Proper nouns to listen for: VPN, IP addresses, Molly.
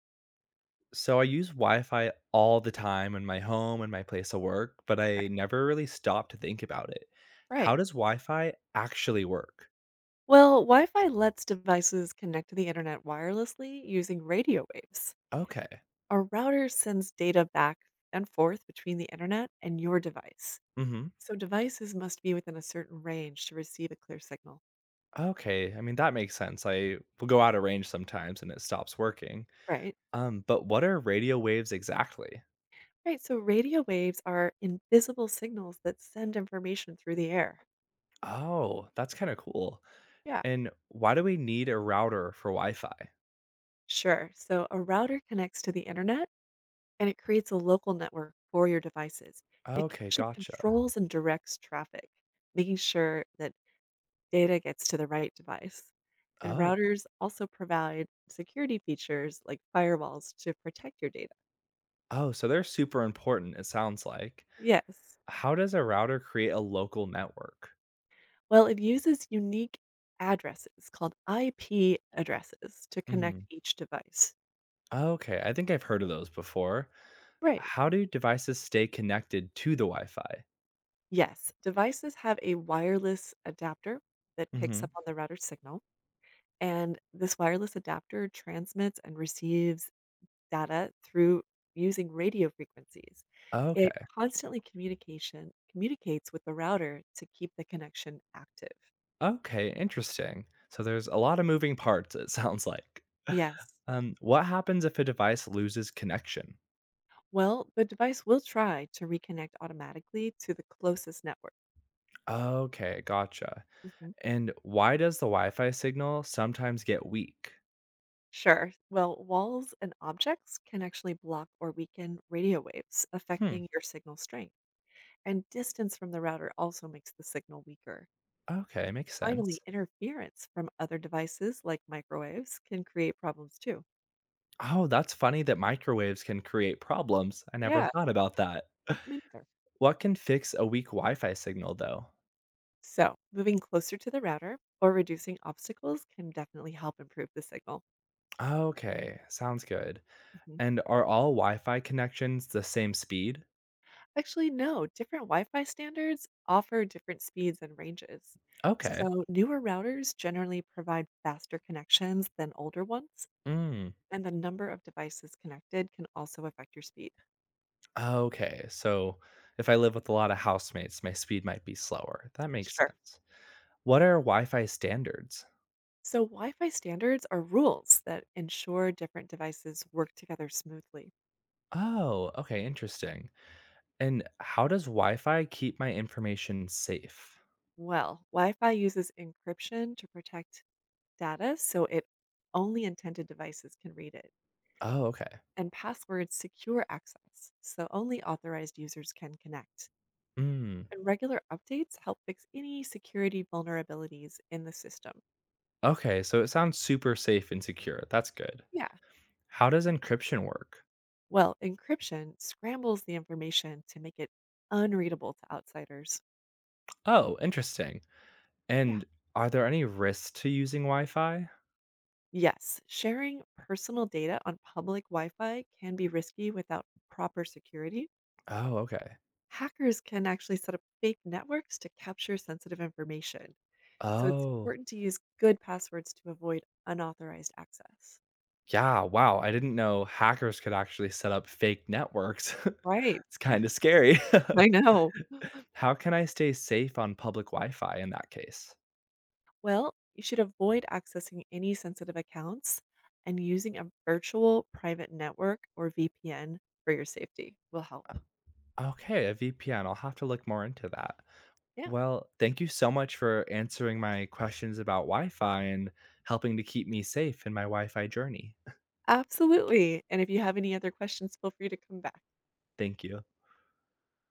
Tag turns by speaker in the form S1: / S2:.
S1: So I use Wi-Fi all the time in my home and my place of work, but I
S2: Right.
S1: never really stop to think about it. How
S2: Right.
S1: does Wi-Fi actually work?
S2: Well, Wi-Fi lets devices connect to the internet wirelessly using radio waves.
S1: Okay.
S2: A router sends data back and forth between the internet and your device.
S1: Mhm.
S2: So devices must be within a certain range to receive a clear signal.
S1: Okay, I mean that makes sense. I will go out of range sometimes and it stops working.
S2: Right.
S1: But what are radio waves exactly?
S2: Right. So radio waves are invisible signals that send information through the air.
S1: Oh, that's kind of cool.
S2: Yeah.
S1: And why do we need a router for Wi-Fi?
S2: Sure. So a router connects to the internet, and it creates a local network for your devices. It
S1: Okay,
S2: actually
S1: gotcha.
S2: controls and directs traffic, making sure that data gets to the right device. And
S1: Oh.
S2: routers also provide security features like firewalls to protect your data.
S1: Oh, so they're super important, it sounds like.
S2: Yes.
S1: How does a router create a local network?
S2: Well, it uses unique addresses called IP addresses to connect
S1: Mhm.
S2: each device.
S1: Okay, I think I've heard of those before.
S2: Right.
S1: How do devices stay connected to the Wi-Fi?
S2: Yes. Devices have a wireless adapter that picks
S1: Hmm.
S2: up on the router signal. And this wireless adapter transmits and receives data through using radio frequencies. It
S1: Okay.
S2: constantly communication communicates with the router to keep the connection active.
S1: Okay, interesting. So there's a lot of moving parts, it sounds like.
S2: Yes.
S1: What happens if a device loses connection?
S2: Well, the device will try to reconnect automatically to the closest network.
S1: Okay, gotcha.
S2: Mhm.
S1: And why does the Wi Fi signal sometimes get weak?
S2: Sure. Well, walls and objects can actually block or weaken radio waves,
S1: Hmm,
S2: affecting your signal strength. And distance from the router also makes the signal weaker.
S1: okay, makes
S2: Finally,
S1: sense.
S2: interference from other devices like microwaves can create problems too.
S1: Oh, that's funny that microwaves can create problems. I never
S2: Yeah,
S1: thought about that.
S2: me neither.
S1: What can fix a weak Wi Fi signal, though?
S2: So moving closer to the router or reducing obstacles can definitely help improve the signal.
S1: Okay, sounds good.
S2: Mhm.
S1: And are all Wi-Fi connections the same speed?
S2: Actually, no, different Wi Fi standards offer different speeds and ranges.
S1: Okay.
S2: So newer routers generally provide faster connections than older ones,
S1: Mm.
S2: and the number of devices connected can also affect your speed.
S1: Okay. So if I live with a lot of housemates, my speed might be slower. That makes
S2: Sure.
S1: sense. What are Wi Fi standards?
S2: So Wi Fi standards are rules that ensure different devices work together smoothly.
S1: Oh, okay. Interesting. And how does Wi Fi keep my information safe?
S2: Well, Wi Fi uses encryption to protect data so it only intended devices can read it,
S1: Oh, okay.
S2: and passwords secure access so only authorized users can connect.
S1: Mm.
S2: And regular updates help fix any security vulnerabilities in the system.
S1: Okay. So it sounds super safe and secure. That's good.
S2: Yeah.
S1: How does encryption work?
S2: Well, encryption scrambles the information to make it unreadable to outsiders.
S1: Oh, interesting.
S2: Yeah.
S1: And are there any risks to using Wi Fi?
S2: Yes, sharing personal data on public Wi Fi can be risky without proper security.
S1: Oh, okay.
S2: Hackers can actually set up fake networks to capture sensitive information, so it's
S1: Oh.
S2: important to use good passwords to avoid unauthorized access.
S1: Yeah, wow, I didn't know hackers could actually set up fake networks.
S2: Right.
S1: It's kinda scary.
S2: I know.
S1: How can I stay safe on public Wi-Fi in that case?
S2: Well, you should avoid accessing any sensitive accounts, and using a virtual private network or VPN for your safety will help.
S1: Okay, a VPN, I'll have to look more into that.
S2: Yeah.
S1: Well, thank you so much for answering my questions about Wi-Fi and helping to keep me safe in my Wi-Fi journey.
S2: Absolutely. And if you have any other questions, feel free to come back.
S1: Thank you.